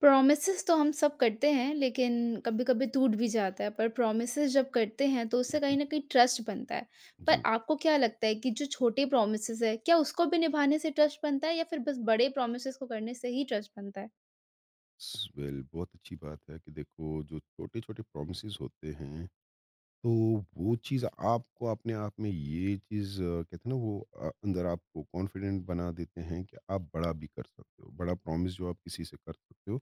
Promises तो हम सब करते हैं, लेकिन कभी-कभी टूट भी जाता है, पर प्रोमिसेस जब करते हैं, तो उससे कहीं जी, न कहीं ट्रस्ट बनता है। पर जी। आपको क्या लगता है कि जो छोटे प्रोमिसेस हैं, क्या उसको भी निभाने से ट्रस्ट बनता है या फिर बस बड़े प्रोमिसेस को करने से ही ट्रस्ट बनता है? स वेल बहुत अच्छी बात है कि देखो जो छोटे-छोटे प्रोमिसेस होते हैं, तो वो चीज़ आपको अपने आप में ये चीज़ कहते हैं ना वो अंदर आपको कॉन्फिडेंट बना देते हैं कि आप बड़ा भी कर सकते हो। बड़ा प्रॉमिस जो आप किसी से कर सकते हो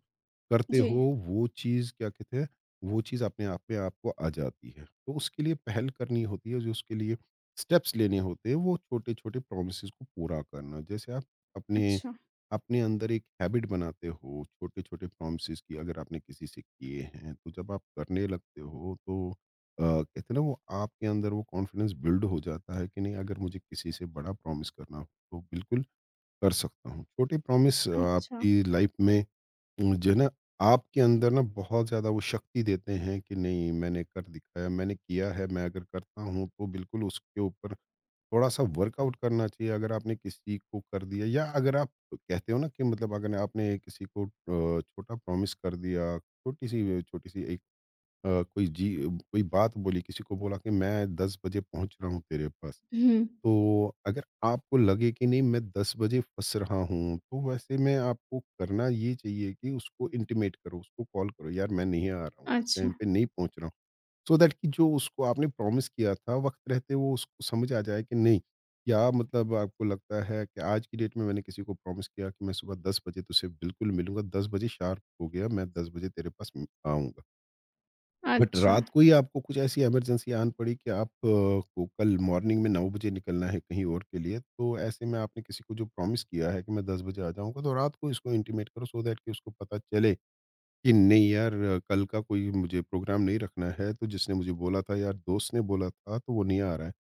करते जी। हो वो चीज़ क्या कहते हैं, वो चीज़ अपने आप में आपको आ जाती है। तो उसके लिए पहल करनी होती है, जो उसके लिए स्टेप्स लेने होते हैं, वो छोटे-छोटे प्रोमिसेज़ को पूरा करना। जैसे आप अपने अच्छा। अपने अंदर एक हैबिट बनाते हो छोटे-छोटे प्रोमिसेज़ की अगर आपने किसी से किए हैं, तो जब आप करने लगते हो तो कहते हैं ना वो आपके अंदर वो कॉन्फिडेंस बिल्ड हो जाता है कि नहीं अगर मुझे किसी से बड़ा प्रॉमिस करना हो तो बिल्कुल कर सकता हूँ। छोटे प्रॉमिस अच्छा। आपकी लाइफ में जो है ना आपके अंदर ना बहुत ज़्यादा वो शक्ति देते हैं कि नहीं मैंने कर दिखाया, मैंने किया है, मैं अगर करता हूँ तो बिल्कुल। उसके ऊपर थोड़ा सा वर्कआउट करना चाहिए। अगर आपने किसी को कर दिया या अगर आप कहते हो ना कि मतलब अगर आपने किसी को छोटा प्रॉमिस कर दिया, छोटी सी एक कोई जी, कोई बात बोली, किसी को बोला कि मैं 10 बजे पहुँच रहा हूँ तेरे पास। हुँ। तो अगर आपको लगे कि नहीं मैं 10 बजे फँस रहा हूँ, तो वैसे में आपको करना ये चाहिए कि उसको इंटीमेट करो, उसको कॉल करो, यार मैं नहीं आ रहा हूँ, इस अच्छा। टाइम पे नहीं पहुँच रहा हूँ। सो दैट कि जो उसको आपने प्रॉमिस किया था, वक़्त रहते वो उसको समझ आ जाए कि नहीं। या मतलब आपको लगता है कि आज की डेट में मैंने किसी को प्रॉमिस किया कि मैं सुबह 10 बजे तुझसे बिल्कुल मिलूँगा, 10 बजे शार्प हो गया, मैं 10 बजे तेरे पास म आऊँगा। बट अच्छा। रात को ही आपको कुछ ऐसी इमरजेंसी आन पड़ी कि आप को कल मॉर्निंग में 9 बजे निकलना है कहीं और के लिए, तो ऐसे में आपने किसी को जो प्रॉमिस किया है कि मैं 10 बजे आ जाऊँगा, तो रात को इसको इंटीमेट करो सो दैट कि उसको पता चले कि नहीं यार कल का कोई मुझे प्रोग्राम नहीं रखना है, तो जिसने मुझे बोला था, यार दोस्त ने बोला था, तो वो नहीं आ रहा है।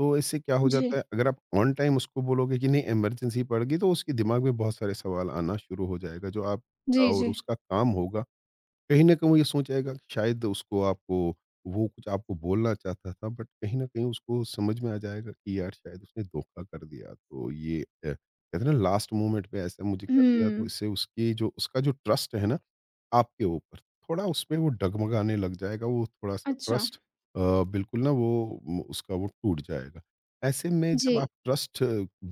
तो इससे क्या हो जाता है जी। अगर आप ऑन टाइम उसको बोलोगे कि नहीं इमरजेंसी पड़ गई, तो उसके दिमाग में बहुत सारे सवाल आना शुरू हो जाएगा, जो आप जी। और जी। उसका काम होगा। कहीं न कहीं वो ये सोच आएगा कि शायद उसको आपको वो कुछ आपको बोलना चाहता था, बट कहीं न कहीं उसको समझ में आ जाएगा कि यार शायद उसने धोखा कर दिया। तो ये कहते हैं ना लास्ट मोमेंट पे ऐसा मुझे कर दिया, तो हुँ। इससे उसकी जो उसका जो ट्रस्ट है ना आपके ऊपर, थोड़ा उसमें वो डगमगाने लग जाएगा। वो थोड़ा-सा अच्छा। ट्रस्ट अ, बिल्कुल ना वो म उसका वो टूट जाएगा। ऐसे में जब जी। आप ट्रस्ट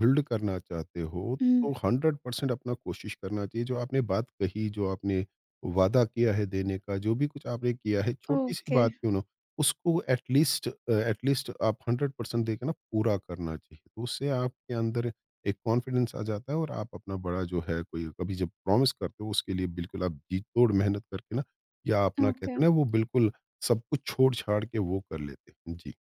बिल्ड करना चाहते हो, हुँ। तो 100% अपना कोशिश करना चाहिए। जो आपने बात कही, जो आपने वादा किया है देने का, जो भी कुछ आपने किया है, छोटी-सी ओके। बात क्यों ना हो, उसको एट लीस्ट एट लीस्ट आप 100% देके ना पूरा करना चाहिए। तो उससे आपके अंदर एक कॉन्फिडेंस आ जाता है और आप अपना बड़ा जो है कोई कभी जब प्रॉमिस करते हो, उसके लिए बिल्कुल आप जी तोड़ मेहनत करके ना या अपना ओके। कहते हैं ना वो बिल्कुल सब कुछ छोड़ छाड़ के वो कर लेते हैं जी।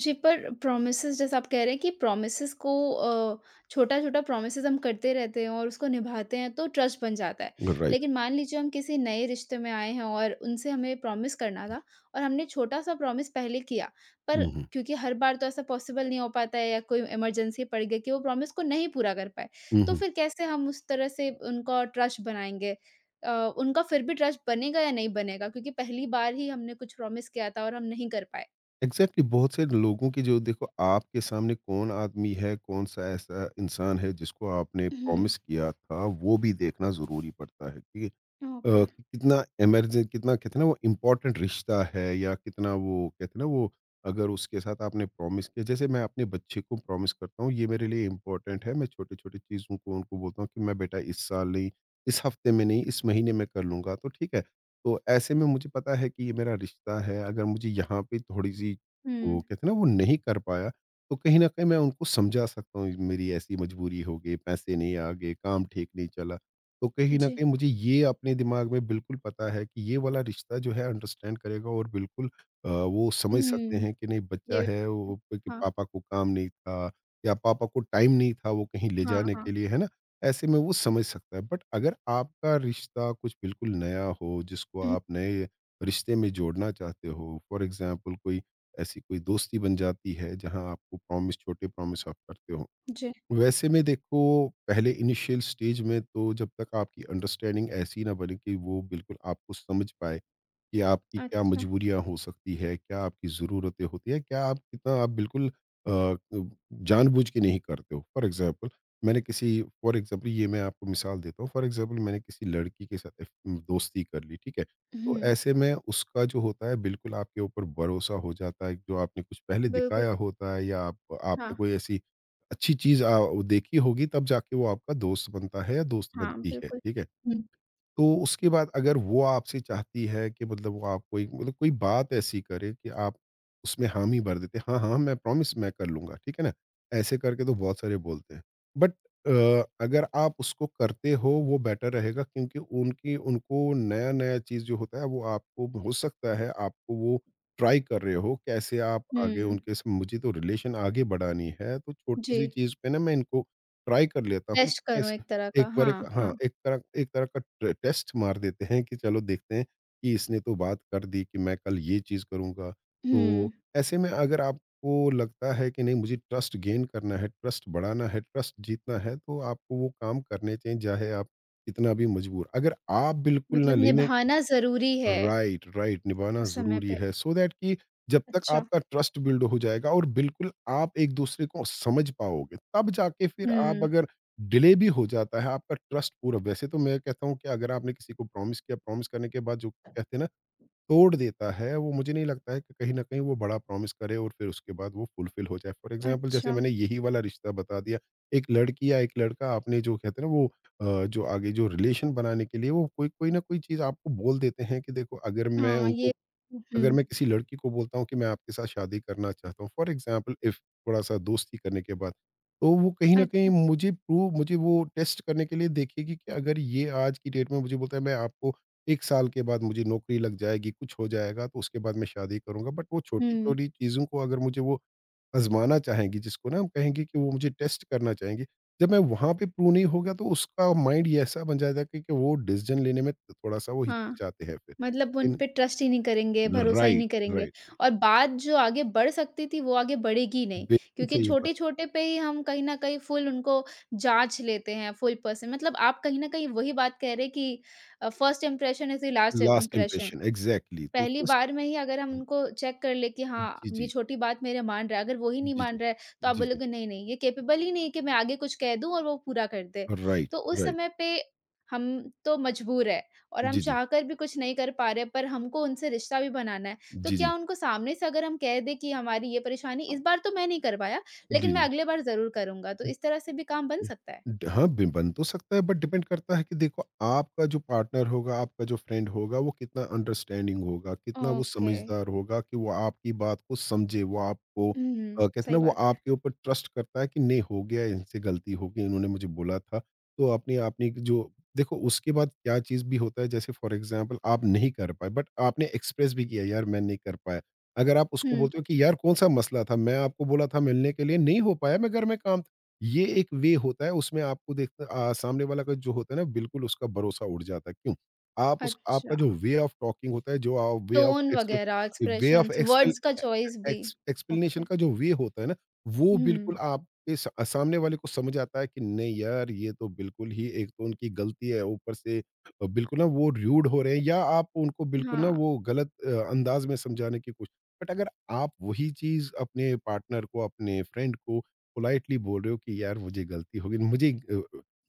जी, पर प्रॉमिसेज़ जैसा आप कह रहे हैं कि प्रॉमिसेज़ को छोटा-छोटा प्रॉमिसेज़ हम करते रहते हैं और उसको निभाते हैं तो ट्रस्ट बन जाता है। राइट। लेकिन मान लीजिए हम किसी नए रिश्ते में आए हैं और उनसे हमें प्रॉमिस करना था और हमने छोटा-सा प्रॉमिस पहले किया, पर हम्म। क्योंकि हर बार तो ऐसा पॉसिबल नहीं हो पाता है या कोई इमरजेंसी पड़ गई कि वो प्रॉमिस को नहीं पूरा कर पाए। तो हम्म। फिर कैसे हम उस तरह से उनका ट्रस्ट बनाएँगे? अ, उनका फिर भी ट्रस्ट बनेगा या नहीं बनेगा? क्योंकि पहली बार ही हमने कुछ प्रॉमिस किया था और हम नहीं कर पाए। एग्जैक्टली, बहुत से लोगों की जो देखो आपके सामने कौन आदमी है, कौन सा ऐसा इंसान है जिसको आपने हुँ। प्रॉमिस किया था, वो भी देखना जरूरी पड़ता है। ठीक है ओके। कि कितना इमरजें कितना कहते हैं ना वो इम्पोर्टेंट रिश्ता है या कितना वो कहते हैं ना वो अगर उसके साथ आपने प्रॉमिस किया। जैसे मैं अपने बच्चे को प्रॉमिस करता हूँ, ये मेरे लिए इम्पोर्टेंट है। मैं छोटे छोटे चीज़ों को उनको बोलता हूँ कि मैं बेटा इस साल नहीं, इस हफ्ते में नहीं, इस महीने में कर लूँगा, तो ठीक है। तो ऐसे में मुझे पता है कि ये मेरा रिश्ता है, अगर मुझे यहाँ पे थोड़ी सी वो हुँ। कहते हैं ना वो नहीं कर पाया, तो कहीं ना कहीं मैं उनको समझा सकता हूँ मेरी ऐसी मजबूरी हो गई, पैसे नहीं आ गए, काम ठीक नहीं चला। तो कहीं न जी। कहीं मुझे ये अपने दिमाग में बिल्कुल पता है कि ये वाला रिश्ता जो है अंडरस्टैंड करेगा और बिल्कुल वो समझ सकते हुँ। हैं कि नहीं बच्चा ये भी है वो, कि हाँ। पापा को काम नहीं था या पापा को टाइम नहीं था वो कहीं ले हाँ, जाने हाँ। के लिए, है ना? ऐसे में वो समझ सकता है। बट अगर आपका रिश्ता कुछ बिल्कुल नया हो, जिसको हुँ। आप नए रिश्ते में जोड़ना चाहते हो, फॉर एग्ज़ाम्पल कोई ऐसी कोई दोस्ती बन जाती है जहाँ आपको प्रॉमिस छोटे प्रॉमिस आप करते हो। जी। वैसे में देखो पहले इनिशियल स्टेज में तो जब तक आपकी अंडरस्टैंडिंग ऐसी ना बने कि वो बिल्कुल आपको समझ पाए कि आपकी क्या अच्छा। मजबूरियाँ हो सकती है, क्या आपकी ज़रूरतें होती हैं, क्या आप कितना आप बिल्कुल अ, ब जानबूझ के नहीं करते हो। मैंने किसी फॉर एग्ज़ाम्पल ये मैं आपको मिसाल देता हूँ, फॉर एग्ज़ाम्पल मैंने किसी लड़की के साथ अफ दोस्ती कर ली, ठीक है? तो हुँ। ऐसे में उसका जो होता है बिल्कुल आपके ऊपर भरोसा हो जाता है, जो आपने कुछ पहले बिल्कुल। दिखाया होता है या आप आपने हाँ। कोई ऐसी अच्छी चीज़ देखी होगी, तब जाके वो आपका दोस्त बनता है या दोस्त हाँ, बनती है, बिल्कुल। ठीक है? हुँ। तो उसके बाद अगर वो आपसे चाहती है कि मतलब वो आपको एक मतलब कोई बात ऐसी करे कि आप उसमें हामी भर देते हैं, हाँ, हाँ, मैं प्रॉमिस मैं कर लूँगा, ठीक है ना? ऐसे करके तो बहुत सारे बोलते हैं। बट अगर आप उसको करते हो वो बेटर रहेगा क्योंकि उनकी उनको नया-नया चीज़ जो होता है, वो आपको हो सकता है आपको वो ट्राई कर रहे हो, कैसे आप आगे हुँ। उनके स मुझे तो रिलेशन आगे बढ़ानी है, तो जी। छोटी-सी चीज़ पे ना मैं इनको ट्राई कर लेता हूँ, टेस्ट करूँ कैसे एक तरह का, एक बार एक हाँ, हाँ, हाँ। एक तरह का ट टेस्ट मार देते हैं कि चलो देखते हैं कि इसने तो बात कर दी कि मैं कल ये चीज़ करूँगा। तो हुँ, ऐसे में अगर आपको लगता है कि नहीं मुझे ट्रस्ट गेन करना है, ट्रस्ट बढ़ाना है, ट्रस्ट जीतना है, तो आपको वो काम करने चाहिए, चाहे आप कितना भी मजबूर अगर आप बिल्कुल ना मतलब लेने। निभाना ज़रूरी है राइट, राइट, निभाना उस समय ज़रूरी पे। है, सो दैट कि जब तक अच्छा। आपका ट्रस्ट बिल्ड हो जाएगा और बिल्कुल आप एक-दूसरे को समझ पाओगे, तब जाके फिर आप हुँ। अगर डिले भी हो जाता है, आपका ट्रस्ट पूरा। वैसे तो मैं कहता हूँ कि अगर आपने किसी को प्रॉमिस किया, प्रॉमिस करने के बाद जो कहते हैं ना तोड़ देता है, वो मुझे नहीं लगता है कि कहीं न कहीं वो बड़ा प्रॉमिस करे और फिर उसके बाद वो फुलफ़िल हो जाए। फ़ॉर एग्ज़ाम्पल जैसे अच्छा। मैंने यही वाला रिश्ता बता दिया, एक लड़की या एक लड़का आपने जो कहते हैं ना वो जो आगे जो रिलेशन बनाने के लिए वो कोई कोई न कोई चीज़ आपको बोल देते हैं कि देखो हाँ, ये अगर हुँ। मैं किसी लड़की को बोलता हूँ कि मैं आपके साथ शादी करना चाहता हूँ, फॉर एग्ज़ाम्पल इफ थोड़ा सा दोस्ती करने के बाद, तो वो कहीं न कहीं अच्छा। मुझे प्रूव मुझे वो टेस्ट करने के लिए देखेगी कि अगर ये आज की डेट में मुझे बोलता है मैं आपको 1 साल के बाद मुझे नौकरी लग जाएगी, कुछ हो जाएगा तो उसके बाद मैं शादी करूँगा। बट वो हुँ। छोटी-छोटी चीज़ों को अगर मुझे वो आज़माना चाहेंगी, जिसको ना हम कहेंगे कि वो मुझे टेस्ट करना चाहेंगी, जब मैं वहाँ पे प्रूव नहीं हो गया, तो उसका माइंड ऐसा बन जाएगा कि वो डिसीज़न लेने में थोड़ा-सा वो हाँ। हिचकिचाते हैं फिर। मतलब उन इन पे ट्रस्ट ही नहीं करेंगे, भरोसा ही राइट, नहीं करेंगे राइट। और बात जो आगे बढ़ सकती थी, वो आगे बढ़ेगी नहीं बिल्कुल क्योंकि सही बात। छोटे-छोटे पे ही हम कहीं न कहीं फुल उनको जाँच लेते हैं, फुल पर्सन मतलब आप कहीं न कहीं वही बात कह रहे हैं कि first impression is the last last impression. Impression, exactly. तो पहली फर्स्ट, बार में ही अगर हम उनको चेक कर ले कि हाँ, जी, ये जी। छोटी बात मेरे मान रहा है, अगर वो ही नहीं जी, जी। मान रहा है, तो आप जी, जी। बोलोगे नहीं, नहीं, ये कैपेबल ही नहीं है कि मैं आगे कुछ कह दूँ और वो पूरा कर दे। राइट, तो उस राइट। समय पे हम तो मजबूर हैं और हम जी, जी। चाहकर भी कुछ नहीं कर पा रहे, पर हमको उनसे रिश्ता भी बनाना है। तो जी, जी। क्या उनको सामने से अगर हम कह दें कि हमारी ये परेशानी इस बार तो मैं नहीं कर पाया, जी, लेकिन मैं जी। अगले बार ज़रूर करूँगा, तो इस तरह से भी काम बन सकता है। ड हाँ, बि बन तो सकता है बट डिपेंड करता है कि देखो आपका जो पार्टनर होगा, आपका जो फ्रेंड होगा, वो कितना अंडरस्टैंडिंग होगा, कितना वो ओके। समझदार होगा कि वो आपकी बात को समझे, वो आपको हुँ, हुँ। कहते हैं ना सही वो बात है। आपके ऊपर ट्रस्ट करता है कि नहीं हो गया, इनसे गलती हो गई, इन्होंने मुझे बोला था। तो अपनी आपने जो देखो उसके बाद क्या चीज़ भी होता है, जैसे फॉर एग्ज़ाम्पल आप नहीं कर पाए बट आपने एक्सप्रेस भी किया, यार मैं नहीं कर पाया। अगर आप उसको हुँ। बोलते हो कि यार कौन-सा मसला था? मैं आपको बोला था मिलने के लिए, नहीं हो पाया मैं घर में काम। ये एक वे होता है उसमें आपको देखते सामने वाला का जो होता है ना बिल्कुल उसका भरोसा उड़ जाता है। क्यों? आप उस आपका अच्छा। जो वे ऑफ टॉकिंग होता है, जो टोन वगैरह, way of expressions, expel words का ए चॉइस भी। Explanation okay. का जो वे होता है ना, वो हुँ। बिल्कुल आपके सा सामने वाले को समझ आता है कि नहीं यार ये तो बिल्कुल ही एक तो उनकी गलती है, ऊपर से बिल्कुल ना वो र्यूड हो रहे हैं या आप उनको बिल्कुल ना हाँ। वो गलत अंदाज़ में समझाने की कोशिश। बट अगर आप वही चीज़ अपने पार्टनर को, अपने फ्रेंड को पोलाइटली बोल रहे हो कि यार मुझे गलती हो गई मुझे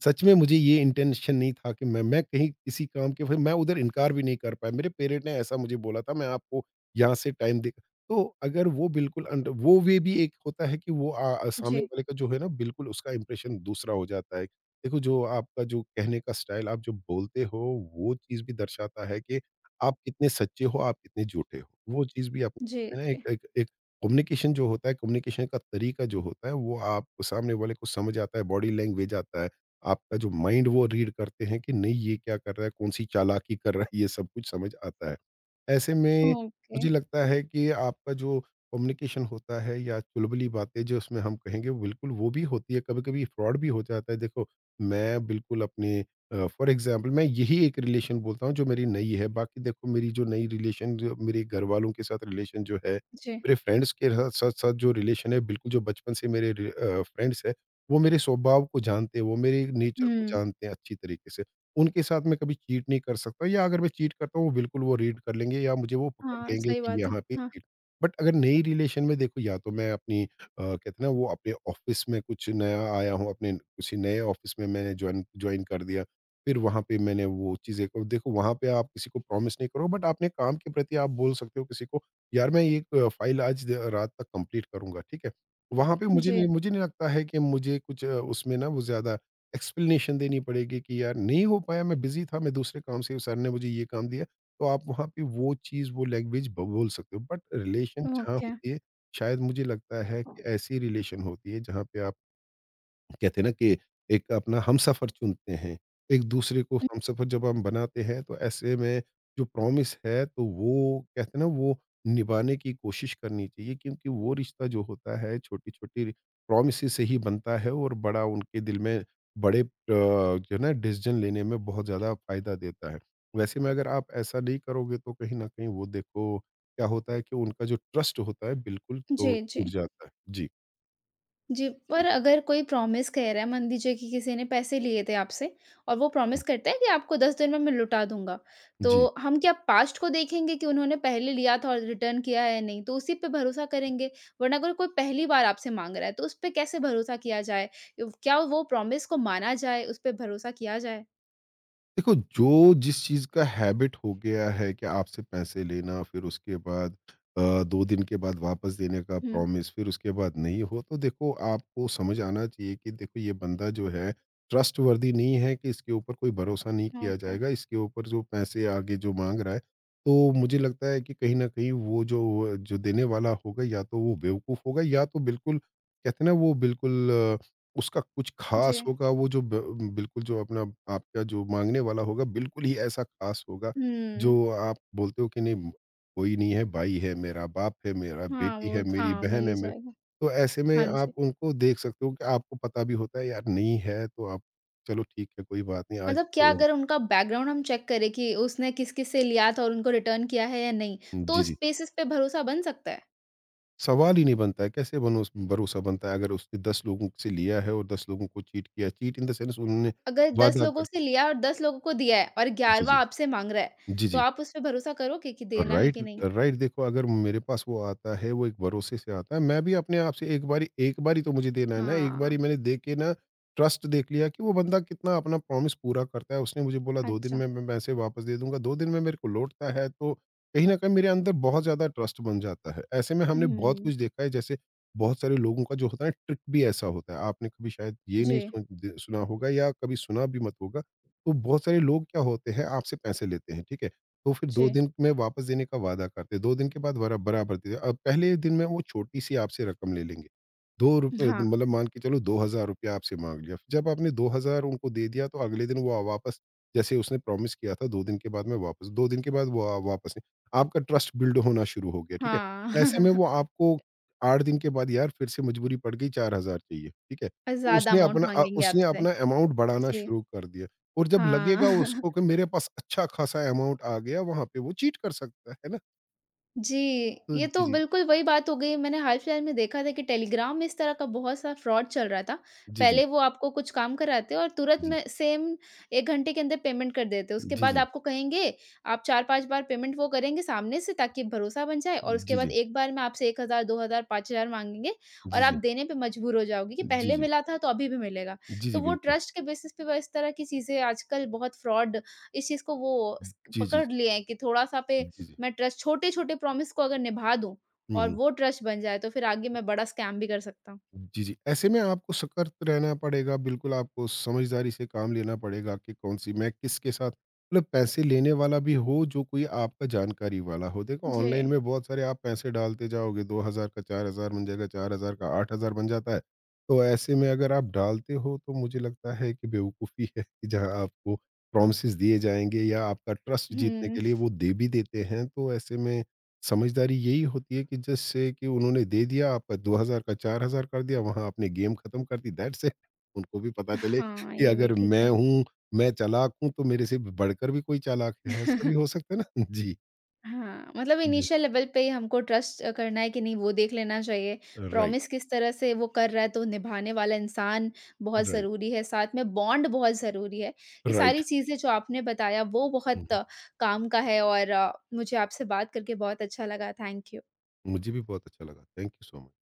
सच में मुझे ये इंटेंशन नहीं था कि मैं कहीं किसी काम के फिर मैं उधर इनकार भी नहीं कर पाया मेरे पेरेंट ने ऐसा मुझे बोला था मैं आपको यहाँ से टाइम दे। तो अगर वो बिल्कुल वो वे भी एक होता है कि वो आ, आ, सामने जी, वाले का जो है ना बिल्कुल उसका इंप्रेशन दूसरा हो जाता है। देखो जो आपका जो कहने का स्टाइल आप जो बोलते हो वो चीज़ भी दर्शाता है कि आप कितने सच्चे हो आप कितने झूठे हो वो चीज़ भी आप। जी, है ना जी। एक कम्युनिकेशन जो होता है, कम्युनिकेशन का तरीका जो होता है, वो आप सामने वाले को समझ आता है, बॉडी लैंग्वेज आता है, आपका जो माइंड वो रीड करते हैं कि नहीं ये क्या कर रहा है, कौन-सी चालाकी कर रहा है, ये सब कुछ समझ आता है। ऐसे में हुँ। ओके। मुझे लगता है कि आपका जो कम्युनिकेशन होता है या चुलबुली बातें जो उसमें हम कहेंगे वो बिल्कुल वो भी होती है, कभी-कभी फ्रॉड भी हो जाता है। देखो, मैं बिल्कुल अपने फॉर एग्ज़ाम्पल मैं यही एक रिलेशन बोलता हूँ जो मेरी नई है, बाकी देखो मेरी जो नई रिलेशन जो मेरे घरवालों के साथ रिलेशन जो है जी। मेरे फ्रेंड्स के साथ साथ साथ जो रिलेशन है बिल्कुल जो बचपन से मेरे फ्रेंड्स है वो मेरे स्वभाव को जानते हैं वो मेरे नेचर को हुँ। जानते हैं अच्छी तरीके से। उनके साथ मैं कभी चीट नहीं कर सकता या अगर मैं चीट करता हूँ वो बिल्कुल वो रीड कर लेंगे या मुझे वो पकड़ हाँ, लेंगे सही कि बात है। यहाँ पे हाँ। चीट। बट अगर नई रिलेशन में देखो या तो मैं अपनी कहते हैं ना वो अपने ऑफिस में कुछ नया आया हूँ अपने किसी नए ऑफिस में मैंने ज्वाइन ज्वाइन कर दिया। फिर वहां पे मैंने वो चीजें को देखो वहां पे आप किसी को प्रॉमिस नहीं करो बट आपने काम के प्रति आप बोल सकते हो किसी को यार मैं ये फ़ाइल आज द रात तक कंप्लीट करूँगा, ठीक है? वहाँ पे हुँ। जी। मुझे नहीं लगता है कि मुझे कुछ उसमें ना वो ज़्यादा एक्सप्लेनेशन देनी पड़ेगी कि यार नहीं हो पाया, मैं बिज़ी था, मैं दूसरे काम से सर ने मुझे ये काम दिया, तो आप वहाँ पे वो चीज़, वो लैंग्वेज ब बोल सकते हो। बट रिलेशन जहाँ ओके। होती है, शायद मुझे लगता है कि ऐसी रिलेशन होती है जहाँ पे आप कहते हैं ना कि एक अपना हमसफ़र चुनते हैं, एक दूसरे को हुँ। हमसफ़र जब हम बनाते हैं तो ऐसे में जो प्रॉमिस है तो वो कहते हैं ना वो निभाने की कोशिश करनी चाहिए क्योंकि वो रिश्ता जो होता है छोटी-छोटी प्रॉमिसेस से ही बनता है और बड़ा उनके दिल में बड़े जो है ना डिसीज़न लेने में बहुत ज़्यादा फ़ायदा देता है। वैसे में अगर आप ऐसा नहीं करोगे तो कहीं न कहीं वो देखो क्या होता है कि उनका जो ट्रस्ट होता है बिल्कुल तो जी, टूट जी। जाता है। जी, जी, जी। पर अगर कोई प्रॉमिस कह रहा है मान लीजिए कि किसी ने पैसे लिए थे आपसे और वो हुँ, प्रॉमिस करता है कि आपको 10 दिन में मैं लौटा दूँगा। तो जी। हम क्या पास्ट को देखेंगे कि उन्होंने पहले लिया था और रिटर्न किया है या नहीं? तो उसी पे भरोसा करेंगे। वरना अगर कोई पहली बार आपसे माँग रहा है तो उस पे कैसे भरोसा किया जाए? व क्या वो प्रॉमिस को माना जाए, उस पे भरोसा किया जाए? देखो, जो जिस चीज़ का हैबिट हो गया है कि आपसे पैसे लेना, फिर उसके बाद 2 दिन के बाद वापस देने का हुँ। प्रॉमिस, फिर उसके बाद नहीं हो, तो देखो आपको समझ आना चाहिए कि देखो ये बंदा जो है ट्रस्टवर्दी नहीं है कि इसके ऊपर कोई भरोसा नहीं किया ओके। जाएगा। इसके ऊपर जो पैसे आगे जो माँग रहा है, तो मुझे लगता है कि कहीं न कहीं वो जो देने वाला होगा या तो वो बेवकूफ़ होगा या तो बिल्कुल कहते हैं ना वो बिल्कुल उसका कुछ ख़ास जी। होगा वो जो ब बिल्कुल जो अपना आपका जो माँगने वाला होगा बिल्कुल ही ऐसा ख़ास होगा, हुँ। जो आप बोलते हो कि नहीं कोई नहीं है, भाई है मेरा, बाप है मेरा, हाँ, बेटी वो है मेरी, हाँ, मिल बहन है ही मेरी। जाएगा। तो ऐसे में हाँ जी। आप उनको देख सकते हो कि आपको पता भी होता है यार नहीं है तो आप चलो ठीक है कोई बात नहीं आज मतलब क्या तो। अगर उनका बैकग्राउंड हम चेक करें कि उसने किस-किस से लिया था और उनको रिटर्न किया है या नहीं, तो जी, उस जी। बेसिस पे भरोसा बन सकता है? सवाल ही नहीं बनता है कैसे बनोस भरोसा बनता है अगर उसने 10 लोगों से लिया है और 10 लोगों को चीट किया, चीट इन द सेंस उन्होंने अगर 10 वादा लोगों कर। से लिया और 10 लोगों को दिया है और जी, जी। 11वां आपसे माँग रहा है, जी, तो जी। आप उस पे भरोसा करोगे कि देना है राइट, कि नहीं? राइट। देखो अगर मेरे पास वो आता है वो एक भरोसे से आता है मैं भी अपने आप से एक बारी तो मुझे देना है ना एक हाँ। बारी मैंने दे के ना ट्रस्ट देख लिया कि वो बंदा कितना अपना प्रॉमिस पूरा करता है उसने मुझे बोला 2 दिन अच्छा। में मैं पैसे वापस दे दूंगा 2 दिन में मेरे को लौटता है तो कहीं ना कहीं मेरे अंदर बहुत ज्यादा ट्रस्ट बन जाता है। ऐसे में हमने बहुत हुँ। कुछ देखा है जैसे बहुत सारे लोगों का जो होता है ट्रिक भी ऐसा होता है आपने कभी शायद ये नहीं जी, सुना होगा या कभी सुना भी मत होगा। तो बहुत सारे लोग क्या होते हैं आपसे पैसे लेते हैं ठीक है तो फिर 2 जी। दिन में वापस देने का वादा करते, 2 दिन के बाद बराबर दे अब पहले दिन में वो छोटी-सी आपसे रकम ले लेंगे। ₹2 हाँ, मतलब मान के चलो ₹2000 आपसे माँग लिया। जब आपने 2000 उनको दे दिया तो अगले दिन वो वापस जैसे उसने प्रॉमिस किया था 2 दिन के बाद मैं वापस 2 दिन के बाद वो वापस नहीं, आपका ट्रस्ट बिल्ड होना शुरू हो गया, ठीक है? हाँ। ऐसे में वो आपको 8 दिन के बाद यार फिर से मजबूरी पड़ गई 4000 चाहिए, ठीक है? और तो ज़्यादा उसने अमाउंट अपना माँगेंगे उसने आपसे। अपना अमाउंट बढ़ाना जी। शुरू कर दिया। और जब लगेगा हाँ। उसको कि मेरे पास अच्छा खासा अमाउंट आ गया, वहाँ पे वो चीट कर सकता है ना? जी, तो ये जी, तो जी। बिल्कुल वही बात हो गई। मैंने हाल-फिलहाल में देखा था कि टेलीग्राम में इस तरह का बहुत सा फ्रॉड चल रहा था। जी, जी। पहले वो आपको कुछ काम कराते और तुरंत जी, में सेम 1 घंटे के अंदर पेमेंट कर देते। उसके जी, बाद जी। आपको कहेंगे, आप 4-5 बार पेमेंट वो करेंगे सामने से ताकि भरोसा बन जाए और उसके जी, बाद जी। एक बार में आपसे 1,000, 2,000, 5,000 माँगेंगे जी, और आप जी। देने पे मजबूर हो जाओगे कि जी, पहले जी। मिला था तो अभी भी मिलेगा। जी, तो जी, वो बिल्कुल। ट्रस्ट के बेसिस पे वो इस तरह की चीज़ें आजकल बहुत फ्रॉड इस चीज़ को वो स जी, जी। पकड़ लिए हैं कि थोड़ा-सा पे जी, जी। मैं ट्रस्ट छोटे-छोटे प्रॉमिस को अगर निभा दूँ हुँ, और हुँ। वो ट्रस्ट बन जाए तो फिर आगे मैं बड़ा स्कैम भी कर सकता हूँ। जी, जी। ऐसे में आपको सतर्क रहना पड़ेगा, बिल्कुल आपको समझदारी से काम लेना पड़ेगा कि कौन-सी मैं किसके साथ मतलब पैसे लेने वाला भी हो, जो कोई आपका जानकारी वाला हो। देखो जी। ऑनलाइन में बहुत सारे आप पैसे डालते जाओगे, 2000 का 4000 बन जाएगा, 4000 का 8000 बन जाता है। तो ऐसे में अगर आप डालते हो, तो मुझे लगता है कि बेवकूफ़ी है कि जहाँ आपको प्रॉमिसेस दिए जाएँगे या आपका ट्रस्ट जीतने के हुँ। लिए वो दे भी देते हैं, तो ऐसे में समझदारी यही होती है कि जिससे कि उन्होंने दे दिया, आपका 2000 का 4000 कर दिया, वहाँ आपने गेम खत्म कर दी, दैट्स इट। उनको भी पता चले हाँ, कि ये भी अगर ठीक मैं है। हूँ, मैं चालाक हूँ, तो मेरे से बढ़कर भी कोई चालाक है, ऐसा भी हो सकता है ना? जी, हाँ, मतलब जी। इनिशियल लेवल पे ही हमको ट्रस्ट करना है कि नहीं वो देख लेना चाहिए। राइट, प्रॉमिस किस तरह से वो कर रहा है तो निभाने वाला इंसान बहुत राइट, ज़रूरी है, साथ में बॉन्ड बहुत ज़रूरी है। ये राइट। सारी चीज़ें जो आपने बताया वो हुँ, बहुत हुँ। काम का है और मुझे आपसे बात करके बहुत अच्छा लगा। Thank you. मुझे भी बहुत अच्छा लगा, थैंक यू सो मच।